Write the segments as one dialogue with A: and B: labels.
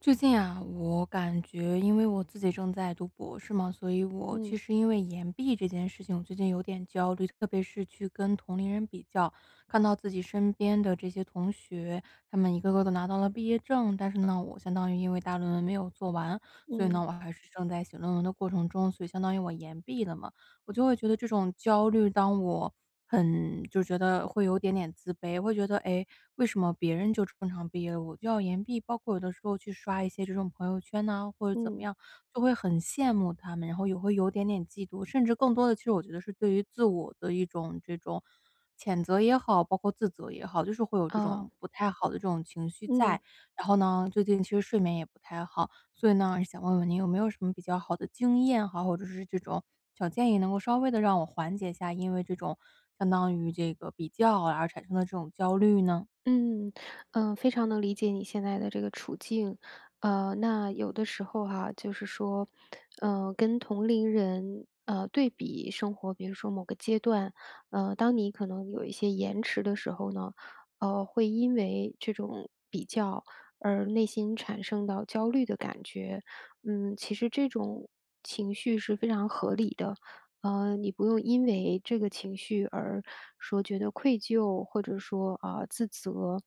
A: 最近啊，我感觉因为我自己正在读博士嘛，所以我其
B: 嗯
A: 实因为延毕这件事情，我最近有点焦虑，特别是去跟同龄人比较，看到自己身边的这些同学，他们一个个都拿到了毕业证，但是呢，我相当于因为大论文没有做完，所以呢，
B: 嗯
A: 我还是正在写论文的过程中，所以相当于我延毕了嘛。我就会觉得这种焦虑，当我很就觉得会有点点自卑，会觉得哎，诶为什么别人就正常毕业了，我就要延毕？包括有的时候去刷一些这种朋友圈呐、或者怎么
B: 嗯，
A: 样，就会很羡慕他们，然后也会有点点嫉妒，甚至更多的，其实我觉得是对于自我的一种这种谴责也好，包括自责也好，就是会有这
B: 啊，
A: 种不太好的这种情绪
B: 嗯
A: 在。然后呢，最近其实睡眠也不太好，所以呢，想问问您有没有什么比较好的经验哈，或者是这种小建议，能够稍微的让我缓解一下因为这种相当于这个比较啊而产生的这种焦虑呢？
B: 嗯。非常能理解你现在的这个处境。那有的时候哈，就是说，跟同龄人，对比生活，比如说某个阶段，当你可能有一些延迟的时候呢，会因为这种比较而内心产生到焦虑的感觉。其实这种情绪是非常合理的。你不用因为这个情绪而说觉得愧疚，或者说啊、自责。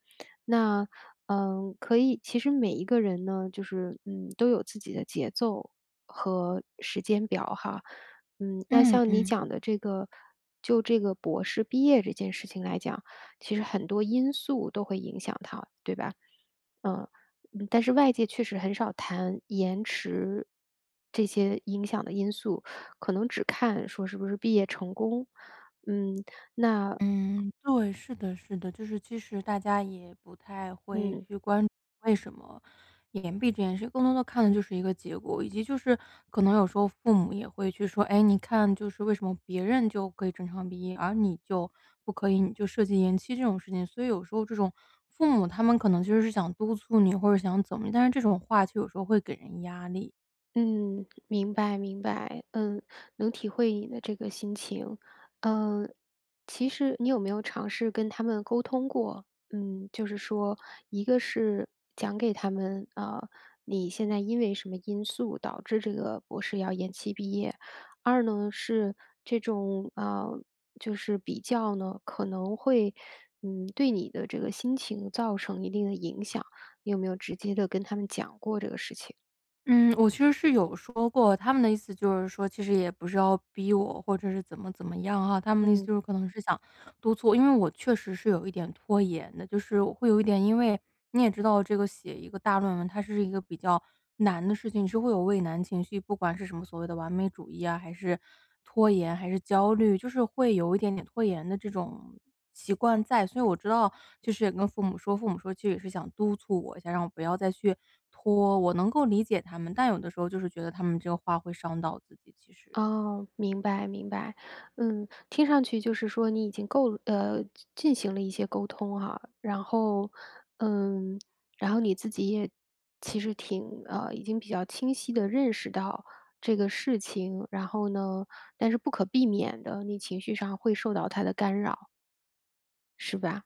B: 那可以，其实每一个人呢，就是都有自己的节奏和时间表哈。那
A: 嗯
B: 像你
A: 嗯。
B: 讲的这个，就这个博士毕业这件事情来讲，其实很多因素都会影响他，对吧？嗯，但是外界确实很少谈延迟这些影响的因素，可能只看说是不是毕业成功。嗯，那
A: 嗯，对，是的，是的，就是其实大家也不太会
B: 嗯，
A: 去关注为什么延毕这件事，更多的看的就是一个结果，以及就是可能有时候父母也会去说，哎，你看就是为什么别人就可以正常毕业，而你就不可以，你就涉及延期这种事情，所以有时候这种父母他们可能就是想督促你或者想怎么，但是这种话就有时候会给人压力。
B: 嗯，明白明白，能体会你的这个心情。嗯，其实你有没有尝试跟他们沟通过？就是说，一个是讲给他们，你现在因为什么因素导致这个博士要延期毕业；二呢是这种就是比较呢，可能会，对你的这个心情造成一定的影响。你有没有直接的跟他们讲过这个事情？
A: 嗯，我其实是有说过，他们的意思就是说，其实也不是要逼我，或者是怎么怎么样哈，他们的意思
B: 嗯。
A: 就是可能是想督促，因为我确实是有一点拖延的，就是我会有一点因为你也知道这个写一个大论文，它是一个比较难的事情，你是会有畏难情绪，不管是什么所谓的完美主义啊，还是拖延，还是焦虑，就是会有一点点拖延的这种习惯在，所以我知道，就是也跟父母说，父母说其实也是想督促我一下，让我不要再去拖，我能够理解他们，但有的时候就是觉得他们这个话会伤到自己，其实。
B: 哦，明白明白。听上去就是说你已经够进行了一些沟通哈，嗯，然后你自己也其实挺已经比较清晰的认识到这个事情，然后呢，但是不可避免的你情绪上会受到他的干扰，是吧？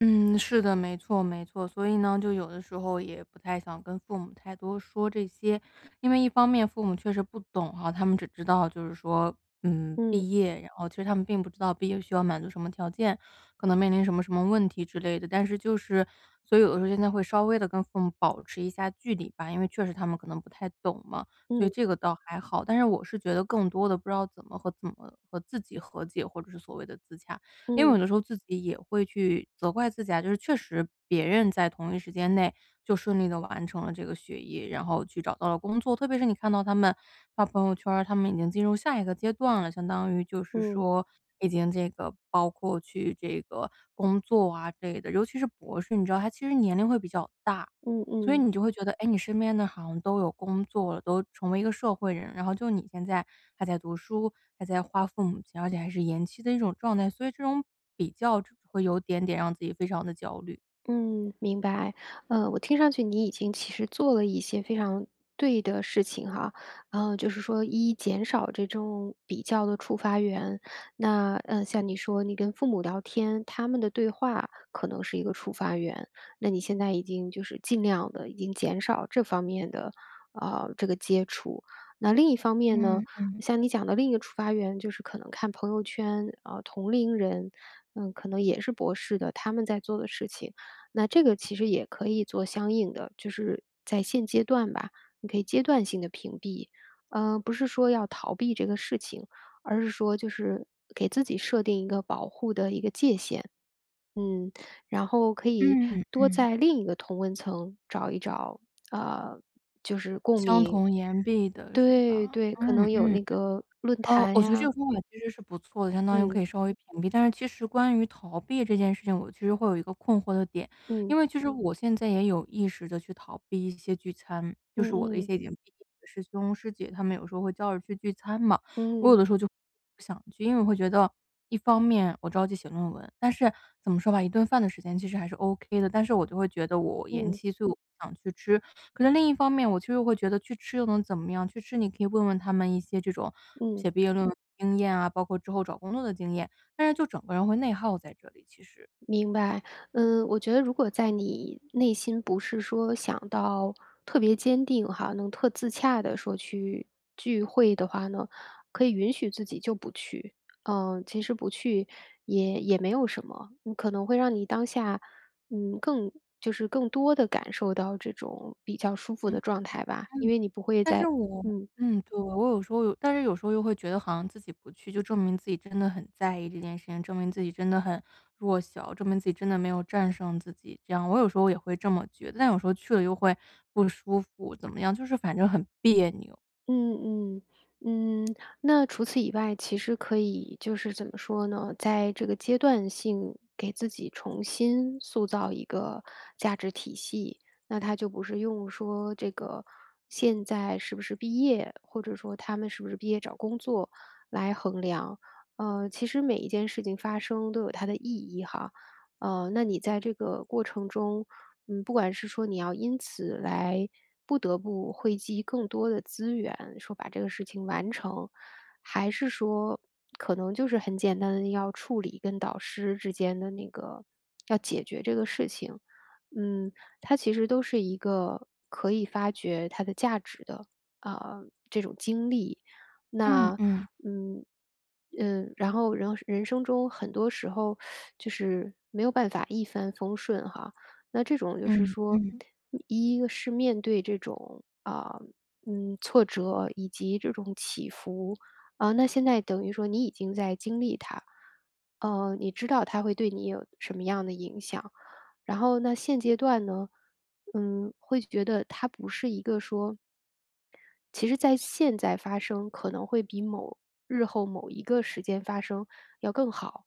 A: 嗯，是的，没错没错。所以呢，就有的时候也不太想跟父母太多说这些，因为一方面父母确实不懂哈，他们只知道就是说，嗯，
B: 嗯，
A: 毕业，然后其实他们并不知道毕业需要满足什么条件，可能面临什么什么问题之类的。但是就是，所以有的时候现在会稍微的跟父母保持一下距离吧，因为确实他们可能不太懂嘛，所以
B: 嗯，
A: 这个倒还好。但是我是觉得更多的不知道怎么和自己和解，或者是所谓的自洽。因为
B: 嗯，
A: 有的时候自己也会去责怪自己啊，就是确实别人在同一时间内就顺利的完成了这个学业，然后去找到了工作。特别是你看到他们发朋友圈儿他们已经进入下一个阶段了，相当于就是
B: 嗯，
A: 说已经这个包括去这个工作啊之类的，尤其是博士，你知道他其实年龄会比较大。
B: 嗯嗯
A: 所以
B: 嗯。
A: 你就会觉得，哎，你身边的好像都有工作了，都成为一个社会人，然后就你现在还在读书，还在花父母钱，而且还是延期的一种状态，所以这种比较就会有点点让自己非常的焦虑。
B: 嗯，明白。我听上去你已经其实做了一些非常对的事情哈，就是说一减少这种比较的触发源。那像你说你跟父母聊天，他们的对话可能是一个触发源，那你现在已经就是尽量的已经减少这方面的这个接触。那另一方面呢，
A: 嗯，
B: 像你讲的另一个触发源就是可能看朋友圈，同龄人，可能也是博士的，他们在做的事情。那这个其实也可以做相应的，就是在现阶段吧，你可以阶段性的屏蔽。不是说要逃避这个事情，而是说就是给自己设定一个保护的一个界限。嗯，然后可以
A: 嗯
B: 多
A: 嗯。
B: 在另一个同温层找一找，呃，就是共
A: 相
B: 鸣。
A: 同言毕的是
B: 对
A: 吧？
B: 对，可
A: 嗯
B: 能有
A: 嗯。
B: 那个论坛
A: 我觉得这个
B: 呀，
A: 方法其实是不错的，相当于可
B: 嗯，
A: 以稍微屏蔽。但是其实关于逃避这件事情，我其实会有一个困惑的点，
B: 嗯，
A: 因为其实我现在也有意识的去逃避一些聚餐，
B: 嗯
A: 就是我的一
B: 嗯，
A: 些已经毕业的师兄师姐，他们有时候会叫着去聚餐嘛，我有
B: 嗯，
A: 的时候就不想去，因为我会觉得一方面我着急写论文，但是怎么说吧，一顿饭的时间其实还是 OK 的，但是我就会觉得我延
B: 嗯，
A: 期，所以我不想去吃。可是另一方面，我就又会觉得去吃又能怎么样？去吃你可以问问他们一些这种
B: 嗯。
A: 写毕业论文的经验啊，包括之后找工作的经验，但是就整个人会内耗在这里，其实。
B: 明白。我觉得如果在你内心不是说想到特别坚定哈，能特自洽的说去聚会的话呢，可以允许自己就不去。其实不去也没有什么，可能会让你当下，更就是更多的感受到这种比较舒服
A: 嗯，
B: 的状态吧，因
A: 嗯。
B: 为你不会
A: 但是
B: 在
A: 我
B: 嗯。
A: 嗯，对，我有时候有但是有时候又会觉得好像自己不去，就证明自己真的很在意这件事情，证明自己真的很弱小，证明自己真的没有战胜自己，这样。我有时候也会这么觉得，但有时候去了又会不舒服，怎么样，就是反正很别扭。
B: 嗯嗯嗯，那除此以外，其实可以就是怎么说呢，在这个阶段性给自己重新塑造一个价值体系，那它就不是用说这个现在是不是毕业，或者说他们是不是毕业找工作来衡量。其实每一件事情发生都有它的意义哈。那你在这个过程中，不管是说你要因此来不得不汇集更多的资源，说把这个事情完成，还是说可能就是很简单的要处理跟导师之间的那个要解决这个事情，嗯，它其实都是一个可以发掘它的价值的啊、这种经历。
A: 嗯
B: 那
A: 嗯。
B: 嗯然后人生中很多时候就是没有办法一帆风顺哈，那这种就是
A: 嗯
B: 说，
A: 嗯。
B: 一个是面对这种啊，挫折以及这种起伏啊，那现在等于说你已经在经历它，你知道它会对你有什么样的影响。然后那现阶段呢，会觉得它不是一个说，其实在现在发生可能会比某日后某一个时间发生要更好，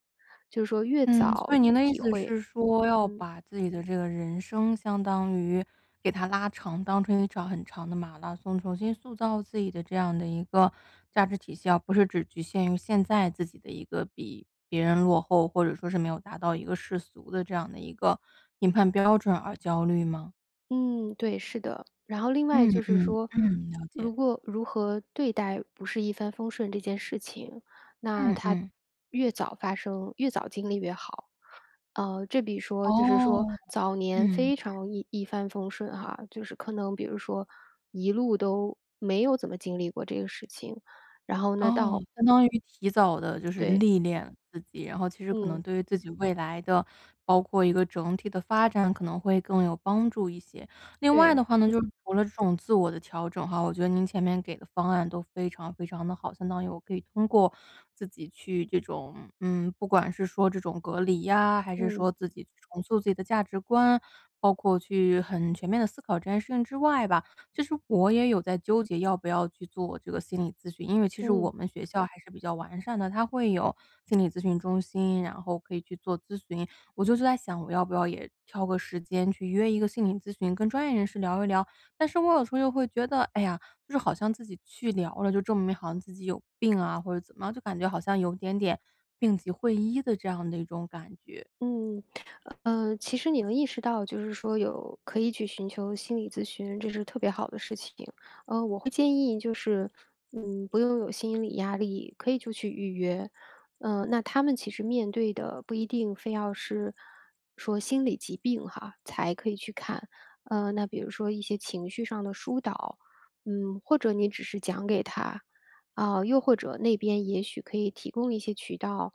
B: 就是说越
A: 嗯，所
B: 早，
A: 以您的意思是说，要
B: 嗯。
A: 把自己的这个人生相当于给它拉长，当成一场很长的马拉松，重新塑造自己的这样的一个价值体系啊，不是只局限于现在自己的一个比别人落后，或者说是没有达到一个世俗的这样的一个评判标准而焦虑吗？
B: 嗯，对，是的。然后另外
A: 嗯
B: 就是
A: 嗯
B: 说，
A: 嗯，了解。
B: 如何对待不是一帆风顺这件事情，那
A: 嗯
B: 它
A: 嗯，
B: 越早发生，越早经历越好。这比说就是说
A: 哦，
B: 早年
A: 嗯。
B: 非常一帆风顺哈，就是可能比如说一路都没有怎么经历过这个事情，然后呢
A: 哦，
B: 到
A: 相当于提早的就是
B: 对，
A: 历练自己，然后其实可能
B: 嗯，
A: 对于自己未来的，包括一个整体的发展可能会更有帮助一些。另外的
B: 对，
A: 话呢，就是除了这种自我的调整哈，我觉得您前面给的方案都非常非常的好，相当于我可以通过自己去这种嗯，不管是说这种隔离呀，还是
B: 嗯，
A: 说自己去重塑自己的价值观，包括去很全面的思考这件事情之外吧，就是我也有在纠结要不要去做这个心理咨询，因为其实我
B: 嗯。
A: 们学校还是比较完善的，它会有心理咨询中心，然后可以去做咨询。我就是在想，我要不要也挑个时间去约一个心理咨询，跟专业人士聊一聊。但是我有时候又会觉得，哎呀，就是好像自己去聊了，就证明好像自己有病啊，或者怎么样，就感觉好像有点点病急会医的这样的一种感觉。
B: 嗯，其实你能意识到，就是说有可以去寻求心理咨询，这是特别好的事情。我会建议就是，不用有心理压力，可以就去预约。那他们其实面对的不一定非要是说心理疾病哈，才可以去看。那比如说一些情绪上的疏导，或者你只是讲给他，啊，又或者那边也许可以提供一些渠道，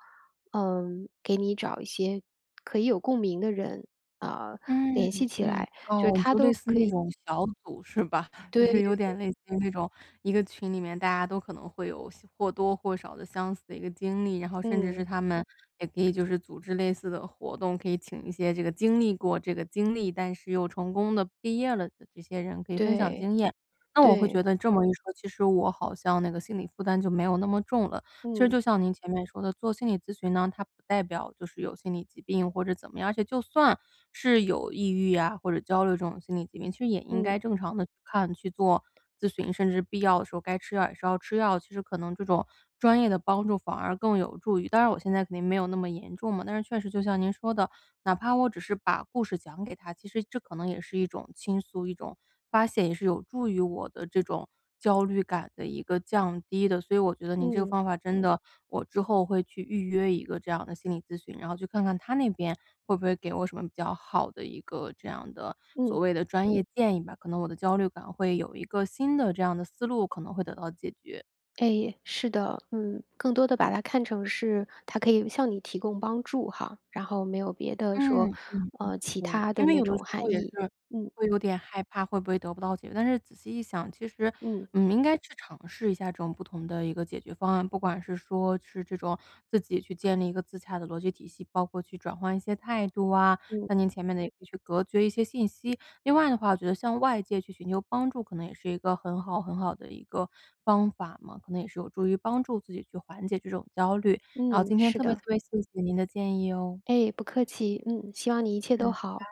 B: 给你找一些可以有共鸣的人，啊，
A: 嗯，
B: 联系起
A: 嗯，
B: 来。
A: 哦，就类似那种小组是吧？就
B: 对，
A: 是有点类似于那种一个群里面大家都可能会有些或多或少的相似的一个经历，然后甚至是
B: 嗯，
A: 他们也可以就是组织类似的活动，可以请一些这个经历过这个经历，但是又成功的毕业了的这些人可以分享
B: 对，
A: 经验。那我会觉
B: 对，
A: 得这么一说，其实我好像那个心理负担就没有那么重了。其实
B: 嗯，
A: 就像您前面说的，做心理咨询呢，它不代表就是有心理疾病或者怎么样，而且就算是有抑郁啊或者焦虑这种心理疾病，其实也应
B: 嗯，
A: 该正常的去看、去做咨询，甚至必要的时候该吃药也是要吃药。其实可能这种专业的帮助反而更有助于。当然，我现在肯定没有那么严重嘛，但是确实就像您说的，哪怕我只是把故事讲给他，其实这可能也是一种倾诉，一种发泄，也是有助于我的这种焦虑感的一个降低的。所以我觉得您这个
B: 嗯，
A: 方法真嗯的，我之后会去预约一个这样的心理咨询，然后去看看他那边会不会给我什么比较好的一个这样的所
B: 嗯，
A: 谓的专业建议吧，可能我的焦虑感会有一个新的这样的思路，可能会得到解决。
B: 哎，是的，更多的把它看成是它可以向你提供帮助哈，然后没有别的
A: 嗯，
B: 说，
A: 嗯。
B: 其
A: 对，
B: 他
A: 因
B: 的
A: 为
B: 那
A: 有的
B: 种
A: 时候
B: 含
A: 也
B: 义。
A: 是
B: 嗯，
A: 会有点害怕会不会得不到解决，但是仔细一想，其实，
B: 嗯，
A: 嗯，应该去尝试一下这种不同的一个解决方案，不管是说是这种自己去建立一个自洽的逻辑体系，包括去转换一些态度啊，
B: 嗯，
A: 像您前面的也可以去隔绝一些信息。另外的话，我觉得向外界去寻求帮助，可能也是一个很好很好的一个方法嘛，可能也是有助于帮助自己去缓解这种焦虑。然后
B: 嗯，
A: 今天
B: 是
A: 特别特
B: 的，
A: 别谢谢您的建议哦，
B: 哎，不客气，嗯，希望你一切都
A: 嗯
B: 好，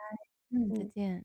A: 嗯，再
B: 嗯。
A: 见。